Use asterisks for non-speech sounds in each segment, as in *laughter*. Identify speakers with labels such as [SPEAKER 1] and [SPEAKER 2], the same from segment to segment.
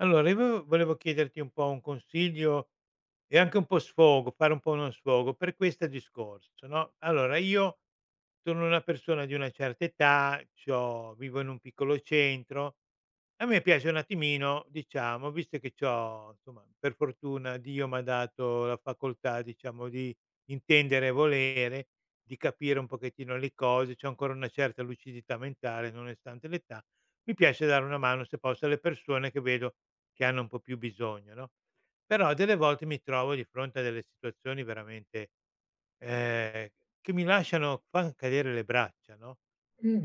[SPEAKER 1] Allora io volevo chiederti un po' un consiglio, e anche un po' sfogo, fare un po' uno sfogo, per questo discorso, no, allora io sono una persona di una certa età, c'ho vivo in un piccolo centro. A me piace un attimino, diciamo, visto che c'ho insomma, per fortuna Dio m'ha dato la facoltà, diciamo, di intendere e volere, di capire un pochettino le cose, c'ho ancora una certa lucidità mentale nonostante l'età, mi piace dare una mano se posso alle persone che vedo che hanno un po' più bisogno, no? Però delle volte mi trovo di fronte a delle situazioni veramente, ehm, che mi lasciano fan cadere le braccia, no.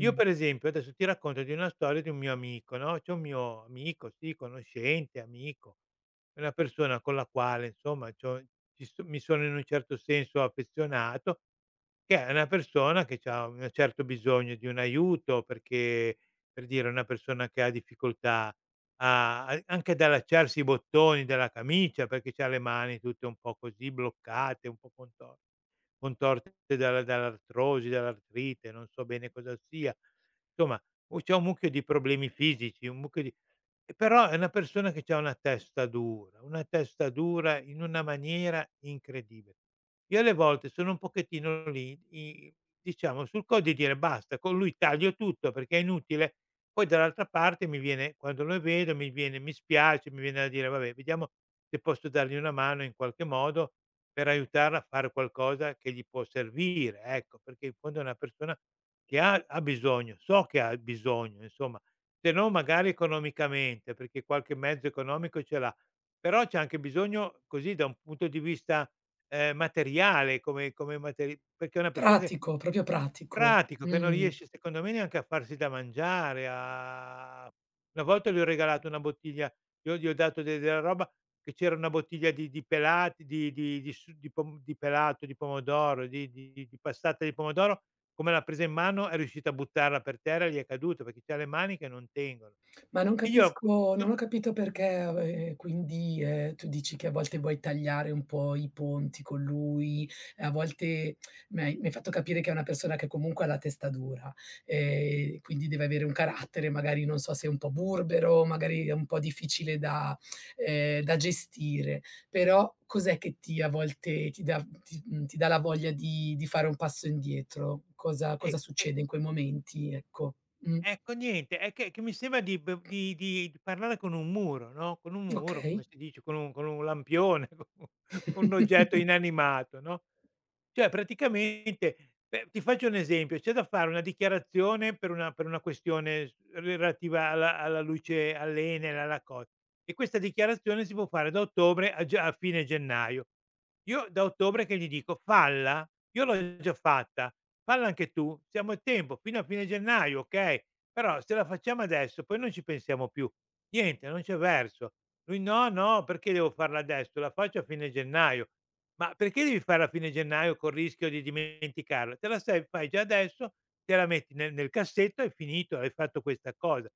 [SPEAKER 1] Io per esempio adesso ti racconto di una storia di un mio amico, no, c'è un mio amico, sì, conoscente, amico, è una persona con la quale insomma c'ho ci so mi sono in un certo senso affezionato, che è una persona che c'ha un certo bisogno di un aiuto perché, per dire, è una persona che ha difficoltà a a anche ad allacciarsi i bottoni della camicia, perché c'ha le mani tutte un po' così bloccate, un po' contorte dalla dall'artrosi, dall'artrite, non so bene cosa sia. Insomma, u c'è un mucchio di problemi fisici, un mucchio di e però è una persona che c'ha una testa dura in una maniera incredibile. Io alle volte sono un pochettino lì, i diciamo, sul co' di dire: "Basta, con lui taglio tutto perché è inutile". Poi dall'altra parte mi viene quando lo vedo mi spiace, mi viene da dire: "Vabbè, vediamo se posso dargli una mano in qualche modo per aiutarla a fare qualcosa che gli può servire", ecco, perché in fondo è una persona che ha bisogno, so che ha bisogno insomma, se non magari economicamente, perché qualche mezzo economico ce l'ha, però c'è anche bisogno così da un punto di vista, materiale, come materi perché è una persona che
[SPEAKER 2] Pratico, proprio pratico.
[SPEAKER 1] pratico, che non
[SPEAKER 2] Mh.
[SPEAKER 1] riesce secondo me neanche a farsi da mangiare. A una volta gli ho regalato una bottiglia, io gli ho dato de della roba, che c'era una bottiglia di pelati di su di pom di pelato, di pomodoro, di passata di pomodoro. Come l'ha presa in mano è riuscita a buttarla per terra e gli è caduta perché c'ha le mani che non tengono.
[SPEAKER 2] Ma
[SPEAKER 1] Io co
[SPEAKER 2] non
[SPEAKER 1] no.
[SPEAKER 2] ho capito perché, quindi, tu dici che a volte vuoi tagliare un po' i ponti con lui, e a volte mi hai fatto capire che è una persona che comunque ha la testa dura, quindi deve avere un carattere, magari non so se è un po' burbero, magari è un po' difficile da da gestire, però cos'è che ti a volte ti dà ti mhmm, ti dà la voglia di fare un passo indietro? Cosa
[SPEAKER 1] e
[SPEAKER 2] cosa
[SPEAKER 1] e
[SPEAKER 2] succede in quei momenti, ecco? Mh,
[SPEAKER 1] Ecco niente, è che mi sembra di b di parlare con un muro, no, con un muro, come
[SPEAKER 2] okay.
[SPEAKER 1] si dice, con un lampione, *laughs* co con un oggetto
[SPEAKER 2] *laughs*
[SPEAKER 1] inanimato, no, cioè praticamente, beh, ti faccio un esempio: c'è da fare una dichiarazione per una questione s relativa alla luce all'Enel, alla co e questa dichiarazione si può fare da ottobre a fine gennaio. Io da ottobre che gli dico: "Falla, io l'ho già fatta, falla anche tu, siamo a tempo fino a fine gennaio, okay, però se la facciamo adesso poi non ci pensiamo più. Niente, non c'è verso". Lui: "No, no, perché devo farla adesso? La faccio a fine gennaio". Ma perché devi farla a fine gennaio col rischio di dimenticarla? Te la sei fai già adesso, te la metti nel cassetto, è finito, hai fatto questa cosa.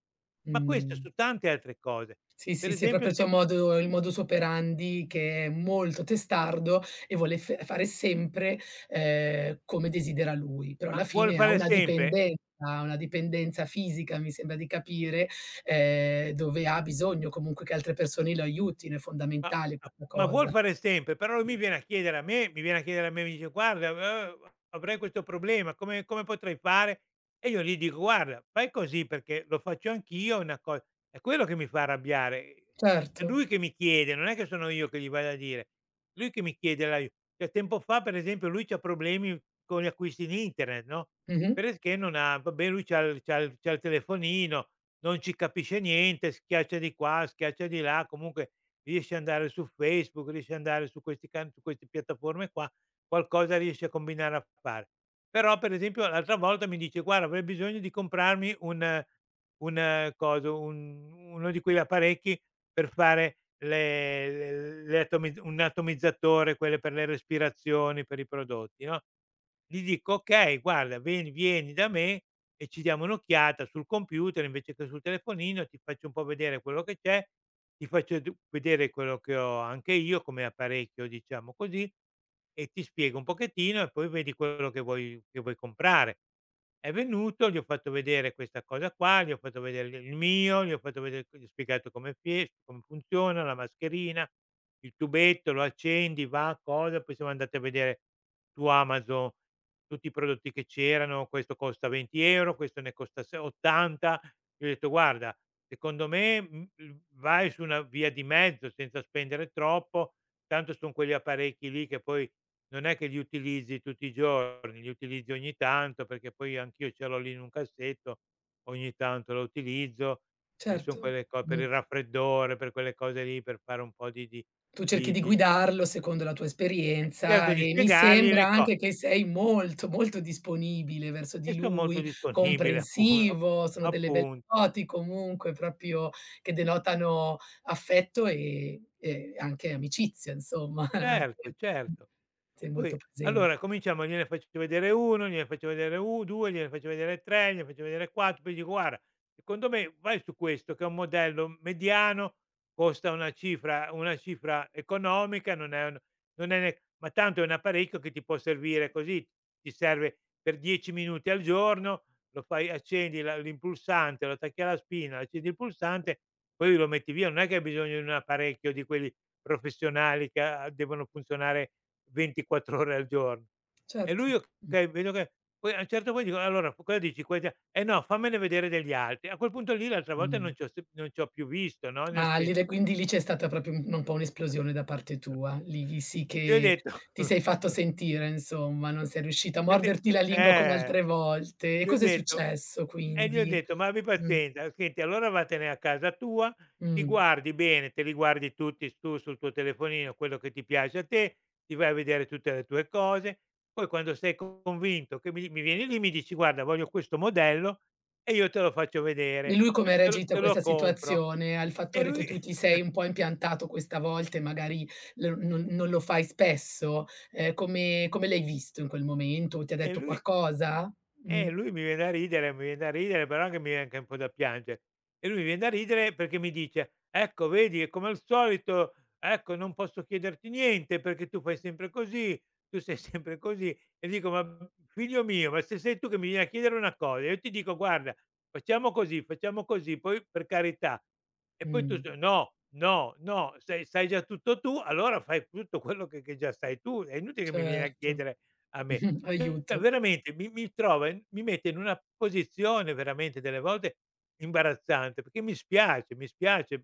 [SPEAKER 1] Ma questo
[SPEAKER 2] Mh.
[SPEAKER 1] su tante altre cose.
[SPEAKER 2] Sì,
[SPEAKER 1] Per
[SPEAKER 2] sì, sì, è
[SPEAKER 1] esempio
[SPEAKER 2] proprio il suo
[SPEAKER 1] ti
[SPEAKER 2] modo il modus operandi che è molto testardo e vuole f fare sempre, come desidera lui, però
[SPEAKER 1] ma
[SPEAKER 2] alla
[SPEAKER 1] vuole
[SPEAKER 2] fine
[SPEAKER 1] fare sempre
[SPEAKER 2] ha una dipendenza fisica, mi sembra di capire, dove ha bisogno comunque che altre persone lo aiutino, è
[SPEAKER 1] Ma
[SPEAKER 2] fondamentale
[SPEAKER 1] a
[SPEAKER 2] questa
[SPEAKER 1] ma
[SPEAKER 2] cosa.
[SPEAKER 1] vuol fare sempre, però lui mi viene a chiedere a me, mi dice: "Guarda, avrei questo problema, come potrei fare?" E io gli dico: "Guarda, fai così perché lo faccio anch'io, è una co". È quello che mi fa arrabbiare. È
[SPEAKER 2] Certo.
[SPEAKER 1] lui che mi chiede, non è che sono io che gli vado a dire. Lui che mi chiede l'ai cioè tempo fa, per esempio, lui c'ha problemi con gli acquisti in internet, no,
[SPEAKER 2] Mh-mh.
[SPEAKER 1] perché non ha vabbè lui c'ha il telefonino, non ci capisce niente, schiaccia di qua, schiaccia di là, comunque riesci ad andare su Facebook, riesci ad andare su questi can su queste piattaforme qua, qualcosa riesci a combinare a fare. Però per esempio l'altra volta mi dice: "Guarda avrei bisogno di comprarmi un coso, un uno di quegli apparecchi per fare le atomi un atomizzatore, quelle per le respirazioni, per i prodotti", no. Gli dico: "Okay guarda, ven vieni da me, e ci diamo un'occhiata sul computer invece che sul telefonino, ti faccio un po' vedere quello che c'è, ti faccio d vedere quello che ho anche io come apparecchio, diciamo così, e ti spiego un pochettino e poi vedi quello che vuoi comprare. È venuto, gli ho fatto vedere questa cosa qua, gli ho fatto vedere il mio, gli ho spiegato come funziona, la mascherina, il tubetto, lo accendi, va, cosa, poi siamo andati a vedere su Amazon tutti i prodotti che c'erano, questo costa 20 €, questo ne costa se 80. Gli ho detto: "Guarda, secondo me, l vai su una via di mezzo senza spendere troppo, tanto son quegli apparecchi lì che poi non è che li utilizzi tutti i giorni, li utilizzi ogni tanto, perché poi anch'io ce l'ho lì in un cassetto, ogni tanto lo utilizzo, e son
[SPEAKER 2] Certo.
[SPEAKER 1] quelle co per
[SPEAKER 2] Mh.
[SPEAKER 1] il raffreddore, per quelle cose lì, per fare un po' di di
[SPEAKER 2] Tu cerchi
[SPEAKER 1] di
[SPEAKER 2] di
[SPEAKER 1] di"
[SPEAKER 2] guidarlo secondo la tua esperienza
[SPEAKER 1] Cerco di
[SPEAKER 2] e mi
[SPEAKER 1] spiegargli
[SPEAKER 2] sembra
[SPEAKER 1] le co.
[SPEAKER 2] anche che sei molto, molto disponibile verso
[SPEAKER 1] E
[SPEAKER 2] di
[SPEAKER 1] sto molto
[SPEAKER 2] lui,
[SPEAKER 1] disponibile, appu
[SPEAKER 2] comprensivo, sono delle
[SPEAKER 1] appu
[SPEAKER 2] belle doti comunque proprio che denotano affetto e anche amicizia insomma.
[SPEAKER 1] certo,
[SPEAKER 2] *laughs*
[SPEAKER 1] certo. E
[SPEAKER 2] Sei
[SPEAKER 1] poi
[SPEAKER 2] molto presente.
[SPEAKER 1] allora cominciamo, gliene faccio vedere 1, gliene faccio vedere u 2, gliene faccio vedere 3, gliene faccio vedere 4, poi dico: "Guarda, secondo me vai su questo che è un modello mediano, costa una cifra economica, non è un non è ne ma tanto è un apparecchio che ti può servire così, ti serve per 10 minuti al giorno, lo fai accendi la il pulsante, lo attacchi alla spina, accendi il pulsante, poi lo metti via, non è che hai bisogno di un apparecchio di quelli professionali che a devono funzionare 24 ore al giorno". E
[SPEAKER 2] Certo.
[SPEAKER 1] lui okay, vedo che poi a un certo punto dico: "Allora cosa dici questa?" "Eh no, fammene vedere degli altri". A quel punto lì l'altra
[SPEAKER 2] Mh,
[SPEAKER 1] volta
[SPEAKER 2] mh.
[SPEAKER 1] non ci ho s non ci ho più visto, no, nel
[SPEAKER 2] Ah, lì
[SPEAKER 1] senso
[SPEAKER 2] le quindi lì c'è stata proprio un po'
[SPEAKER 1] *laughs*
[SPEAKER 2] un'esplosione da parte tua. Lì sì
[SPEAKER 1] gli ho
[SPEAKER 2] che
[SPEAKER 1] detto.
[SPEAKER 2] ti
[SPEAKER 1] *laughs*
[SPEAKER 2] sei fatto sentire insomma, non sei riuscita a
[SPEAKER 1] gli ho de
[SPEAKER 2] morderti la lingua come
[SPEAKER 1] eh.
[SPEAKER 2] altre volte. E
[SPEAKER 1] Gli ho
[SPEAKER 2] cos'è
[SPEAKER 1] detto
[SPEAKER 2] successo
[SPEAKER 1] e gli ho
[SPEAKER 2] quindi?
[SPEAKER 1] detto: "Ma abbi
[SPEAKER 2] Mh,
[SPEAKER 1] pazienza, senti allora vattene a casa tua, ti
[SPEAKER 2] mh.
[SPEAKER 1] guardi bene, te li guardi tutti tu sul tuo telefonino, quello che ti piace a te, ti vai a vedere tutte le tue cose, poi quando sei convinto che mi vieni lì, mi dici: "Guarda voglio questo modello", e io te lo faccio
[SPEAKER 2] E
[SPEAKER 1] vedere,
[SPEAKER 2] lui
[SPEAKER 1] te
[SPEAKER 2] come ha
[SPEAKER 1] lo te lo
[SPEAKER 2] reagito a
[SPEAKER 1] te lo
[SPEAKER 2] questa
[SPEAKER 1] compro".
[SPEAKER 2] situazione? Al
[SPEAKER 1] E
[SPEAKER 2] fattore che
[SPEAKER 1] lui
[SPEAKER 2] tu ti sei
[SPEAKER 1] *laughs*
[SPEAKER 2] un po' impiantato questa volta e magari l non lo fai spesso? Come l'hai visto in quel momento? Ti ha
[SPEAKER 1] e
[SPEAKER 2] detto
[SPEAKER 1] lui
[SPEAKER 2] qualcosa? Mh,
[SPEAKER 1] Lui mi viene da ridere, mi viene da ridere, però anche mi viene anche un po' da piangere. E lui mi viene da ridere perché mi dice: "Ecco vedi, è come al solito, ecco non posso chiederti niente perché tu fai sempre così, tu sei *laughs* sempre così". E dico: "Ma figlio mio, ma se sei tu che mi vieni a chiedere una cosa, io ti dico: "Guarda, facciamo così, poi per carità". E poi tu
[SPEAKER 2] mh,
[SPEAKER 1] s "No, no, no, sai sai già tutto tu, allora fai tutto quello che già sai tu, è inutile che mi vieni a
[SPEAKER 2] certo.
[SPEAKER 1] chiedere a me".
[SPEAKER 2] *laughs*
[SPEAKER 1] Cioè
[SPEAKER 2] Aiuto.
[SPEAKER 1] veramente mi mette in una posizione veramente delle volte imbarazzante, perché mi spiace, mi spiace.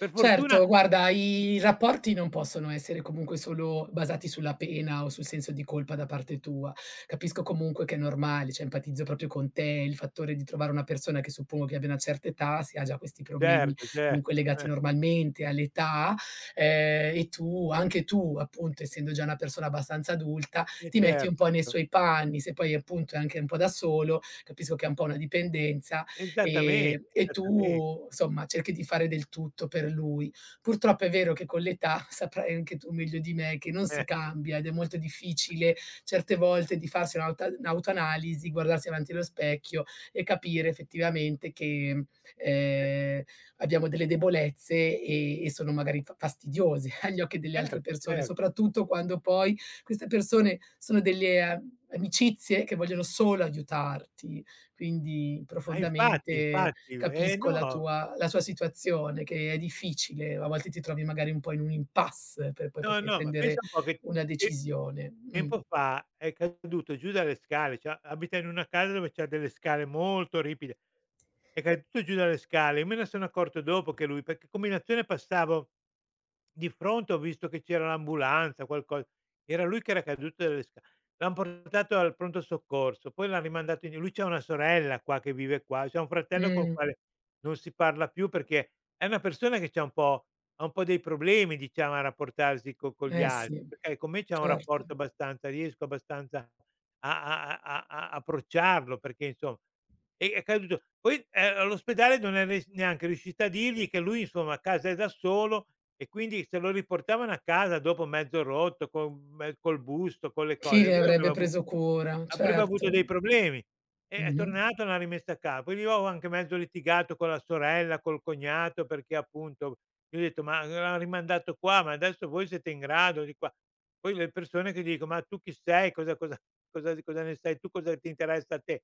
[SPEAKER 1] Per fortuna
[SPEAKER 2] Certo, guarda, i rapporti non possono essere comunque solo basati sulla pena o sul senso di colpa da parte tua. Capisco comunque che è normale, cioè empatizzo proprio con te, il fattore di trovare una persona che suppongo che abbia una certa età, se ha già questi problemi
[SPEAKER 1] certo,
[SPEAKER 2] comunque
[SPEAKER 1] certo,
[SPEAKER 2] legati normalmente all'età, e tu appunto, essendo già una persona abbastanza adulta, ti metti un po'
[SPEAKER 1] certo.
[SPEAKER 2] nei suoi panni, se poi appunto è anche un po' da solo, capisco che è un po' una dipendenza
[SPEAKER 1] Esattamente,
[SPEAKER 2] e
[SPEAKER 1] esattamente.
[SPEAKER 2] tu insomma cerchi di fare del tutto per lui. Purtroppo è vero che con l'età, *laughs* saprai anche tu meglio di me, che non si
[SPEAKER 1] Eh,
[SPEAKER 2] cambia ed è molto difficile certe volte di farsi un'autoanalisi, guardarsi davanti allo specchio e capire effettivamente che,
[SPEAKER 1] eh,
[SPEAKER 2] ehm, abbiamo delle debolezze e sono magari fa fastidiose *laughs* agli occhi delle altre
[SPEAKER 1] certo,
[SPEAKER 2] persone,
[SPEAKER 1] cer
[SPEAKER 2] soprattutto quando poi queste persone sono delle a amicizie che vogliono solo aiutarti. Quindi
[SPEAKER 1] ma infatti,
[SPEAKER 2] profondamente
[SPEAKER 1] infatti.
[SPEAKER 2] capisco
[SPEAKER 1] No.
[SPEAKER 2] la sua situazione, che è difficile, a volte ti trovi magari un po' in un impasse per poi
[SPEAKER 1] No,
[SPEAKER 2] poter
[SPEAKER 1] no, ma
[SPEAKER 2] prendere
[SPEAKER 1] pensa un po' che
[SPEAKER 2] una
[SPEAKER 1] te
[SPEAKER 2] decisione. Mh.
[SPEAKER 1] tempo fa è caduto giù dalle scale, cioè abita in una casa dove c'ha delle scale molto ripide, è caduto giù dalle scale. Io me ne sono accorto dopo che lui perché combinazione passavo di fronte, ho visto che c'era l'ambulanza, qualcosa, era lui che era caduto dalle sca l'han portato al pronto soccorso, poi l'han rimandato in lui c'ha una sorella qua che vive qua, c'ha un fratello col
[SPEAKER 2] Mh.
[SPEAKER 1] quale non si parla più perché è una persona che c'ha un po' ha un po' dei problemi, diciamo, a rapportarsi co con gli
[SPEAKER 2] Eh sì,
[SPEAKER 1] altri, perché con me c'è un
[SPEAKER 2] certo.
[SPEAKER 1] rapporto abbastanza, riesco abbastanza a approcciarlo perché insomma è caduto, poi, all'ospedale non è ries neanche riuscita a dirgli che lui insomma a casa è da solo e quindi se lo riportavano a casa dopo mezzo rotto, con me col busto, con le
[SPEAKER 2] Chi
[SPEAKER 1] cose,
[SPEAKER 2] ne
[SPEAKER 1] lui
[SPEAKER 2] avrebbe preso cura?
[SPEAKER 1] avrebbe
[SPEAKER 2] Certo.
[SPEAKER 1] avuto dei problemi. E è
[SPEAKER 2] Mh-mh.
[SPEAKER 1] tornato, l'ha rimessa a ca poi lì ho anche mezzo litigato con la sorella, col cognato perché appunto io ho detto: "Ma l'han rimandato qua, ma adesso voi siete in grado di qua". Poi le persone che dico: "Ma tu chi sei? Cosa ne sai tu? Cosa ti interessa a te?"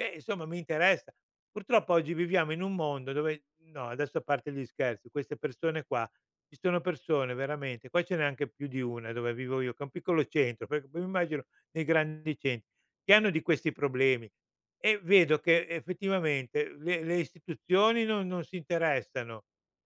[SPEAKER 1] Beh, insomma mi interessa. Purtroppo oggi viviamo in un mondo dove, no, adesso a parte gli scherzi, queste persone qua, ci sono persone veramente, qua ce n'è anche più di una dove vivo io, che è un piccolo centro, perché poi mi immagino nei grandi centri, che hanno di questi problemi, e vedo che effettivamente le istituzioni non si interessano.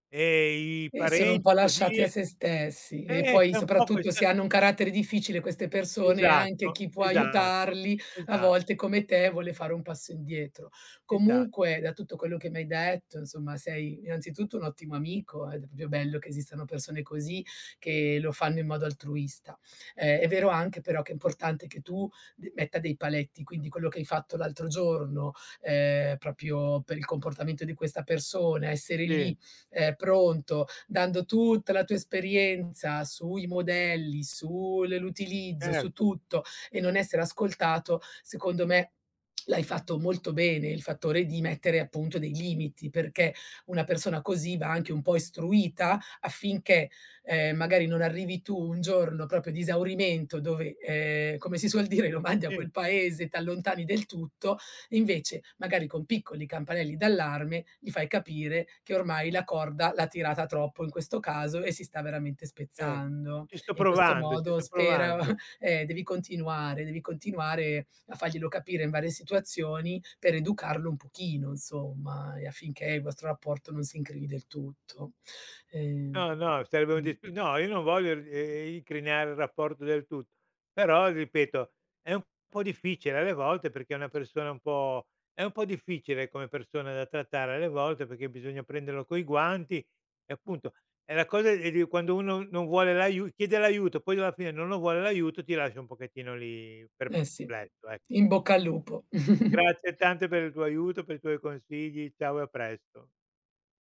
[SPEAKER 1] E i
[SPEAKER 2] E sono un po'
[SPEAKER 1] parenti così,
[SPEAKER 2] lasciati a se stessi e poi
[SPEAKER 1] c'è un po'
[SPEAKER 2] soprattutto
[SPEAKER 1] questa
[SPEAKER 2] se hanno un carattere difficile queste persone, anche
[SPEAKER 1] esatto,
[SPEAKER 2] chi può
[SPEAKER 1] esatto,
[SPEAKER 2] aiutarli a volte
[SPEAKER 1] esatto,
[SPEAKER 2] come te vuole fare un passo indietro.
[SPEAKER 1] esatto.
[SPEAKER 2] Comunque da tutto quello che mi hai detto, insomma, sei innanzitutto un ottimo amico ed è proprio bello che esistano persone così che lo fanno in modo altruista. È vero anche però che è importante che tu d metta dei paletti, quindi quello che hai fatto l'altro giorno, proprio per il comportamento di questa persona, essere
[SPEAKER 1] Sì,
[SPEAKER 2] lì, pronto dando tutta la tua esperienza sui modelli, sull'utilizzo, su
[SPEAKER 1] certo,
[SPEAKER 2] tutto e non essere ascoltato, secondo me l'hai fatto molto bene, il fattore di mettere appunto dei limiti, perché una persona così va anche un po' istruita affinché, magari non arrivi tu un giorno proprio di esaurimento dove, come si suol dire, lo mandi a
[SPEAKER 1] sì,
[SPEAKER 2] quel paese, t'allontani del tutto. Invece, magari con piccoli campanelli d'allarme, gli fai capire che ormai la corda l'ha tirata troppo in questo caso e si sta veramente
[SPEAKER 1] cer
[SPEAKER 2] spezzando.
[SPEAKER 1] ci sto
[SPEAKER 2] E in questo
[SPEAKER 1] provando, ci
[SPEAKER 2] modo
[SPEAKER 1] sto
[SPEAKER 2] spera
[SPEAKER 1] provando.
[SPEAKER 2] *laughs* devi continuare, a farglielo capire in varie situazioni per educarlo un pochino, insomma, e affinché il vostro rapporto non si incrivi del tutto. Ehm,
[SPEAKER 1] No, no, sarebbe un
[SPEAKER 2] mh,
[SPEAKER 1] disp no, io non voglio, incrinare il rapporto del tutto, però ripeto, è un po' difficile alle volte perché è una persona un po' è un po' difficile come persona da trattare alle volte perché bisogna prenderlo coi guanti, e appunto è la cosa, è di quando uno non vuole l'aiu chiede l'aiuto, poi alla fine non lo vuole l'aiuto, ti lascia un pochettino lì
[SPEAKER 2] eh sì.
[SPEAKER 1] perplesso, ecco.
[SPEAKER 2] In bocca al lupo. *laughs*
[SPEAKER 1] Grazie tante per il tuo aiuto, per i tuoi consigli. Ciao e a presto.